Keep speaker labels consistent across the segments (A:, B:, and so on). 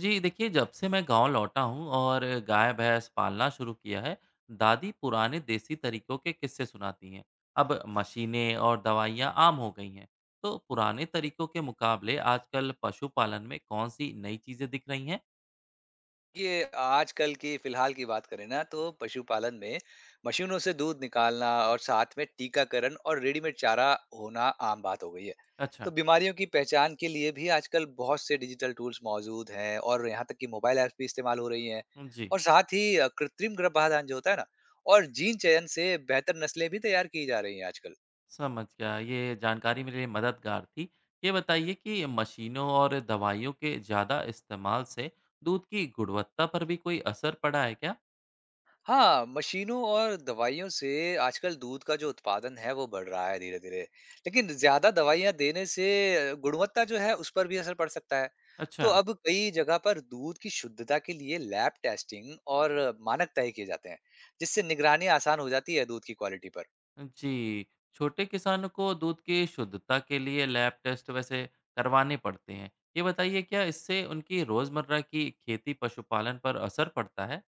A: जी देखिए, जब से मैं गाँव लौटा हूँ और गाय-भैंस पालना शुरू किया है, दादी पुराने देसी तरीकों के किस्से सुनाती हैं। अब मशीनें और दवाइयाँ आम हो गई हैं। तो पुराने तरीकों के मुकाबले आजकल पशुपालन में कौन-सी नई चीज़ें दिख रही हैं?
B: ये आजकल की फिलहाल की बात करें ना तो पशुपालन में मशीनों से दूध निकालना और साथ में टीकाकरण और रेडीमेड चारा होना आम बात हो गई है। तो
A: अच्छा,
B: बीमारियों की पहचान के लिए भी आजकल बहुत से डिजिटल टूल्स मौजूद हैं और यहाँ तक कि मोबाइल ऐप्स भी इस्तेमाल हो रही हैं।
A: जी,
B: और साथ ही कृत्रिम गर्भाधान जो होता है ना, और जीन चयन से बेहतर नस्लें भी तैयार की जा रही हैं आजकल।
A: समझ गया। ये जानकारी मेरे लिए मददगार थी। ये बताइए कि मशीनों और दवाइयों के ज़्यादा इस्तेमाल से दूध की गुणवत्ता पर भी कोई असर पड़ा है क्या?
B: हाँ, मशीनों और दवाइयों से आजकल दूध का जो उत्पादन है वो बढ़ रहा है धीरे-धीरे। लेकिन ज़्यादा दवाइयाँ देने से गुणवत्ता जो है उस पर भी असर पड़ सकता है। तो
A: अच्छा।
B: अब कई जगह पर दूध की शुद्धता के लिए लैब टेस्टिंग और मानक तय किए जाते हैं, जिससे निगरानी आसान हो जाती है दूध की क्वालिटी पर।
A: जी, छोटे किसानों को दूध की शुद्धता के लिए लैब टेस्ट वैसे करवाने पड़ते हैं। ये बताइए क्या इससे उनकी रोज़मर्रा की खेती पशुपालन पर असर पड़ता है?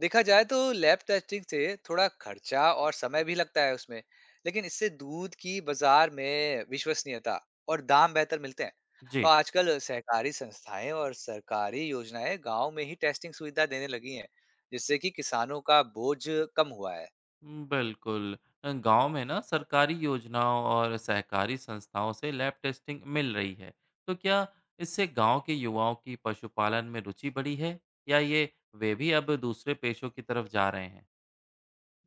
B: देखा जाए तो लैब टेस्टिंग से थोड़ा खर्चा और समय भी लगता है उसमें, लेकिन इससे दूध की बाजार में विश्वसनीयता और दाम बेहतर मिलते हैं।
A: जी।
B: और आजकल सहकारी संस्थाएं और सरकारी योजनाएं गांव में ही टेस्टिंग सुविधा देने लगी हैं, जिससे कि किसानों का बोझ कम हुआ है।
A: बिल्कुल। गाँव में ना सरकारी योजनाओं और सहकारी संस्थाओं से लैब टेस्टिंग मिल रही है। तो क्या इससे गाँव के युवाओं की पशुपालन में रुचि बढ़ी है? या ये वे भी अब दूसरे पेशों की तरफ जा रहे हैं?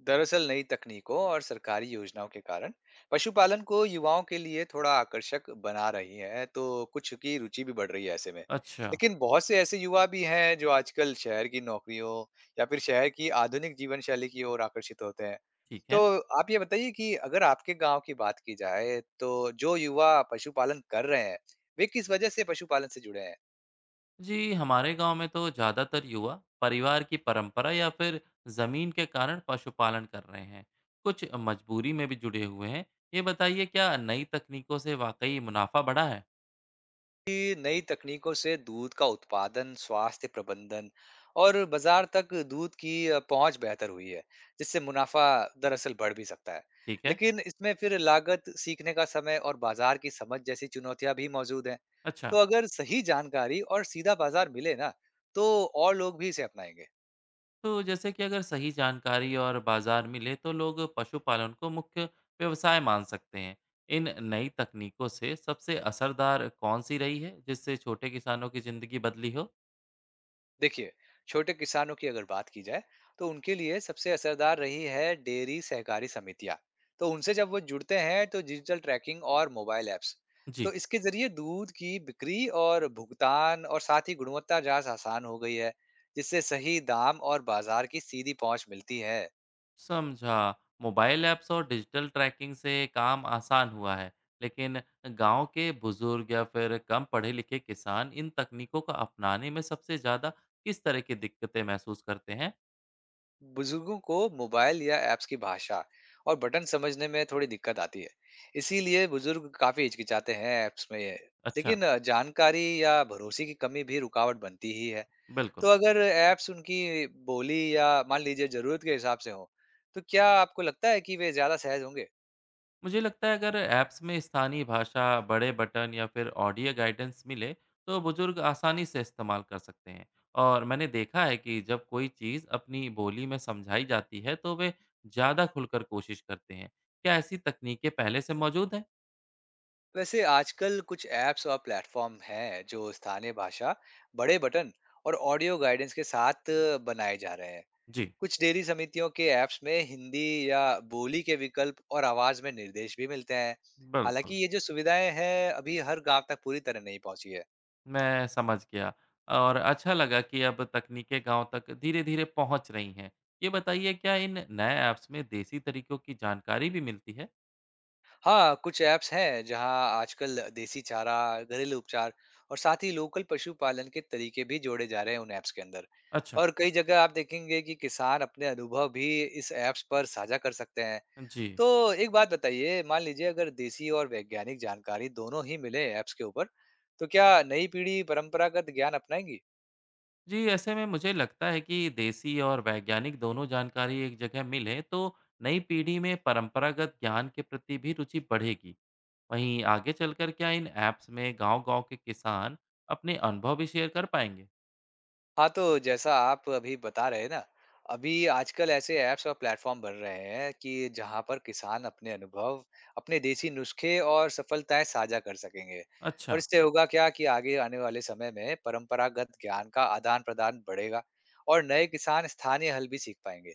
B: दरअसल नई तकनीकों और सरकारी योजनाओं के कारण पशुपालन को युवाओं के लिए थोड़ा आकर्षक बना रही है, तो कुछ की रुचि भी बढ़ रही है ऐसे में।
A: अच्छा,
B: लेकिन बहुत से ऐसे युवा भी हैं जो आजकल शहर की नौकरियों या फिर शहर की आधुनिक जीवन शैली की ओर आकर्षित होते हैं।
A: ठीक है।
B: तो आप ये बताइए कि अगर आपके गांव की बात की जाए तो जो युवा पशुपालन कर रहे हैं, वे किस वजह से पशुपालन से जुड़े हैं?
A: जी हमारे गांव में तो ज़्यादातर युवा परिवार की परंपरा या फिर ज़मीन के कारण पशुपालन कर रहे हैं। कुछ मजबूरी में भी जुड़े हुए हैं। ये बताइए क्या नई तकनीकों से वाकई मुनाफा बढ़ा है?
B: कि नई तकनीकों से दूध का उत्पादन, स्वास्थ्य प्रबंधन और बाजार तक दूध की पहुंच बेहतर हुई है, जिससे मुनाफा दरअसल बढ़ भी सकता है।
A: ठीक है।
B: लेकिन इसमें फिर लागत, सीखने का समय और बाजार की समझ जैसी चुनौतियां भी मौजूद हैं।
A: अच्छा।
B: तो अगर सही जानकारी और सीधा बाजार मिले ना, तो और लोग भी इसे अपनाएंगे।
A: तो जैसे कि अगर सही जानकारी और बाजार मिले तो लोग पशुपालन को मुख्य व्यवसाय मान सकते हैं। इन नई तकनीकों से सबसे असरदार कौन सी रही है जिससे छोटे किसानों की ज़िंदगी बदली हो?
B: देखिए, छोटे किसानों की अगर बात की जाए तो उनके लिए सबसे असरदार रही है डेयरी सहकारी समितियां। तो उनसे जब वो जुड़ते हैं तो डिजिटल ट्रैकिंग और मोबाइल ऐप्स,
A: जी।
B: तो इसके जरिए दूध की बिक्री और भुगतान और साथ ही गुणवत्ता जांच आसान हो गई है, जिससे सही दाम और बाजार की सीधी पहुंच मिलती है।
A: समझा। मोबाइल ऐप्स और डिजिटल ट्रैकिंग से काम आसान हुआ है, लेकिन गांव के बुजुर्ग या फिर कम पढ़े-लिखे किसान इन तकनीकों को अपनाने में सबसे ज़्यादा किस तरह की दिक्कतें महसूस करते हैं?
B: बुजुर्गों को मोबाइल या ऐप्स की भाषा और बटन समझने में थोड़ी दिक्कत आती है, इसीलिए बुजुर्ग काफी हिचकिचाते हैं ऐप्स में ये।
A: अच्छा,
B: लेकिन जानकारी या भरोसे की कमी भी रुकावट बनती ही है।
A: बिल्कुल।
B: तो अगर ऐप्स उनकी बोली या मान लीजिए जरूरत के हिसाब से हो, तो क्या आपको लगता है कि वे ज्यादा सहज होंगे?
A: मुझे लगता है अगर ऐप्स में स्थानीय भाषा, बड़े बटन या फिर ऑडियो गाइडेंस मिले तो बुजुर्ग आसानी से इस्तेमाल कर सकते हैं। और मैंने देखा है कि जब कोई चीज़ अपनी बोली में समझाई जाती है तो वे ज़्यादा खुलकर कोशिश करते हैं। क्या ऐसी तकनीकें पहले से मौजूद हैं?
B: वैसे आजकल कुछ ऐप्स और प्लेटफॉर्म हैं जो स्थानीय भाषा, बड़े बटन और ऑडियो गाइडेंस के साथ बनाए जा रहे हैं।
A: जी,
B: कुछ डेयरी समितियों के ऐप्स में हिंदी या बोली के विकल्प और आवाज में निर्देश भी मिलते हैं।
A: बिल्कुल,
B: हालांकि ये जो सुविधाएं हैं अभी हर गांव तक पूरी तरह नहीं पहुंची है।
A: मैं समझ गया और अच्छा लगा कि अब तकनीकें गांव तक धीरे-धीरे पहुंच रही हैं। ये बताइए क्या इन नए ऐप्स में देसी तरीकों की जानकारी भी मिलती है?
B: हाँ, कुछ ऐप्स हैं जहां आजकल देसी चारा, घरेलू उपचार और साथ ही लोकल पशुपालन के तरीके भी जोड़े जा रहे हैं उन ऐप्स के अंदर।
A: अच्छा,
B: और कई जगह आप देखेंगे कि किसान अपने अनुभव भी इस ऐप्स पर साझा कर सकते हैं।
A: जी।
B: तो एक बात बताइए, मान लीजिए अगर देसी और वैज्ञानिक जानकारी दोनों ही मिले ऐप्स के ऊपर, तो क्या नई पीढ़ी परंपरागत ज्ञान अपनाएगी?
A: जी, ऐसे में मुझे लगता है कि देसी और वैज्ञानिक दोनों जानकारी एक जगह मिले तो नई पीढ़ी में परंपरागत ज्ञान के प्रति भी रुचि बढ़ेगी। वहीं आगे चलकर क्या इन ऐप्स में गांव-गांव के किसान अपने अनुभव भी शेयर कर पाएंगे?
B: हाँ, तो जैसा आप अभी बता रहे हैं ना, अभी आजकल ऐसे ऐप्स और प्लेटफॉर्म बन रहे हैं कि जहाँ पर किसान अपने अनुभव, अपने देसी नुस्खे और सफलताएं साझा कर सकेंगे।
A: अच्छा।
B: और इससे होगा क्या कि आगे आने वाले समय में परंपरागत ज्ञान का आदान-प्रदान बढ़ेगा और नए किसान स्थानीय हल भी सीख पाएंगे।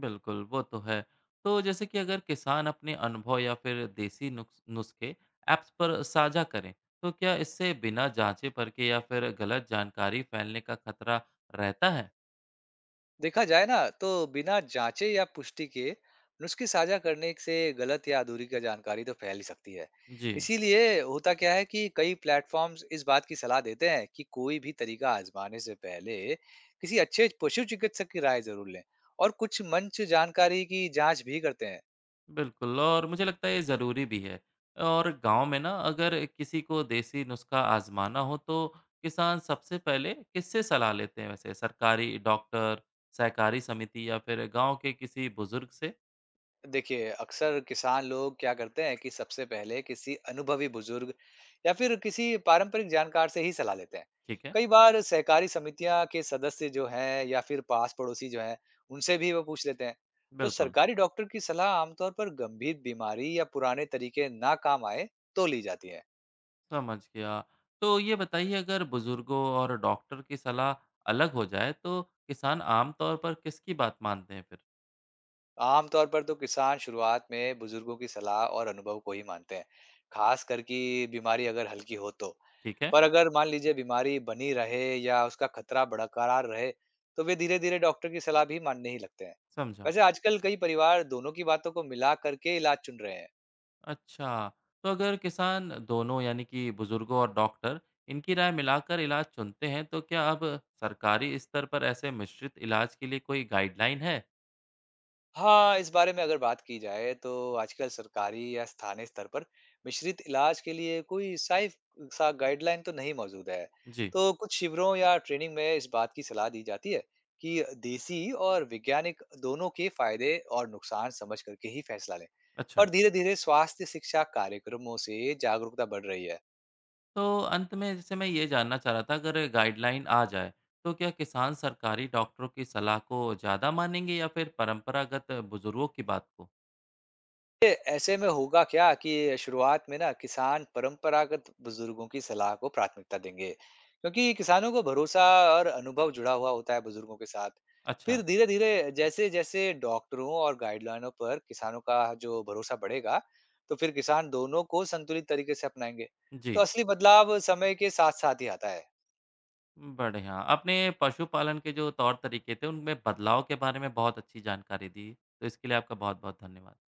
A: बिल्कुल, वो तो है। तो जैसे कि अगर किसान अपने अनुभव या फिर देसी नुक्स नुस्खे ऐप्स पर साझा करें, तो क्या इससे बिना जांचे परखे या फिर गलत जानकारी फैलने का खतरा रहता है?
B: देखा जाए ना तो बिना जांचे या पुष्टि के नुस्खे साझा करने से गलत या अधूरी का जानकारी तो फैल ही सकती है।
A: जी।
B: इसीलिए होता क्या है कि कई प्लेटफॉर्म्स इस बात की सलाह देते हैं कि कोई भी तरीका आजमाने से पहले किसी अच्छे पशु चिकित्सक की राय जरूर लें, और कुछ मंच जानकारी की जांच भी करते हैं।
A: बिल्कुल और मुझे लगता है ये ज़रूरी भी है। और गाँव में ना अगर किसी को देसी नुस्खा आज़माना हो तो किसान सबसे पहले किससे सलाह लेते हैं वैसे? सरकारी डॉक्टर, सहकारी समिति या फिर गाँव के किसी बुज़ुर्ग से?
B: देखिए, अक्सर किसान लोग क्या करते हैं कि सबसे पहले किसी अनुभवी बुजुर्ग या फिर किसी पारंपरिक जानकार से ही सलाह लेते हैं।
A: ठीक है,
B: कई बार सहकारी समितियां के सदस्य जो हैं या फिर पास पड़ोसी जो हैं, उनसे भी वो पूछ लेते हैं। तो
A: बिल्कुल,
B: सरकारी डॉक्टर की सलाह आमतौर पर गंभीर बीमारी या पुराने तरीके ना काम आए तो ली जाती है।
A: समझ गया। तो ये बताइए अगर बुज़ुर्गों और डॉक्टर की सलाह अलग हो जाए तो किसान आम तौर पर किसकी बात मानते हैं फिर?
B: आमतौर पर तो किसान शुरुआत में बुजुर्गों की सलाह और अनुभव को ही मानते हैं, खास कर कि बीमारी अगर हल्की हो तो।
A: ठीक है,
B: पर अगर मान लीजिए बीमारी बनी रहे या उसका खतरा बरकरार रहे, तो वे धीरे-धीरे डॉक्टर की सलाह भी मानने ही लगते हैं।
A: समझा।
B: वैसे आजकल कई परिवार दोनों की बातों को मिला करके इलाज चुन रहे हैं।
A: अच्छा, तो अगर किसान दोनों यानी कि बुजुर्गों और डॉक्टर इनकी राय मिलाकर इलाज चुनते हैं तो क्या अब सरकारी स्तर पर ऐसे मिश्रित इलाज के लिए कोई गाइडलाइन है?
B: हाँ, इस बारे में अगर बात की जाए तो आजकल सरकारी या स्थानीय स्तर पर मिश्रित इलाज के लिए कोई साइफ सा गाइडलाइन तो नहीं मौजूद है।
A: जी,
B: तो कुछ शिविरों या ट्रेनिंग में इस बात की सलाह दी जाती है कि देसी और वैज्ञानिक दोनों के फायदे और नुकसान समझ करके ही फैसला लें।
A: अच्छा।
B: और धीरे-धीरे स्वास्थ्य शिक्षा कार्यक्रमों से जागरूकता बढ़ रही है।
A: तो अंत में जैसे मैं ये जानना चाह रहा था अगर गाइडलाइन आ जाए तो क्या किसान सरकारी डॉक्टरों की सलाह को ज़्यादा मानेंगे या फिर परंपरागत बुजुर्गों की बात को?
B: ये ऐसे में होगा क्या कि शुरुआत में ना किसान परंपरागत बुजुर्गों की सलाह को प्राथमिकता देंगे क्योंकि किसानों को भरोसा और अनुभव जुड़ा हुआ होता है बुजुर्गों के साथ।
A: अच्छा,
B: फिर धीरे धीरे, जैसे जैसे डॉक्टरों और गाइडलाइनों पर किसानों का जो भरोसा बढ़ेगा, तो फिर किसान दोनों को संतुलित तरीके से अपनाएंगे। तो
A: जी।
B: असली बदलाव समय के साथ साथ ही आता है।
A: बढ़िया। आपने पशुपालन के जो तौर तरीके थे उनमें बदलाव के बारे में बहुत अच्छी जानकारी दी। तो इसके लिए आपका बहुत-बहुत धन्यवाद।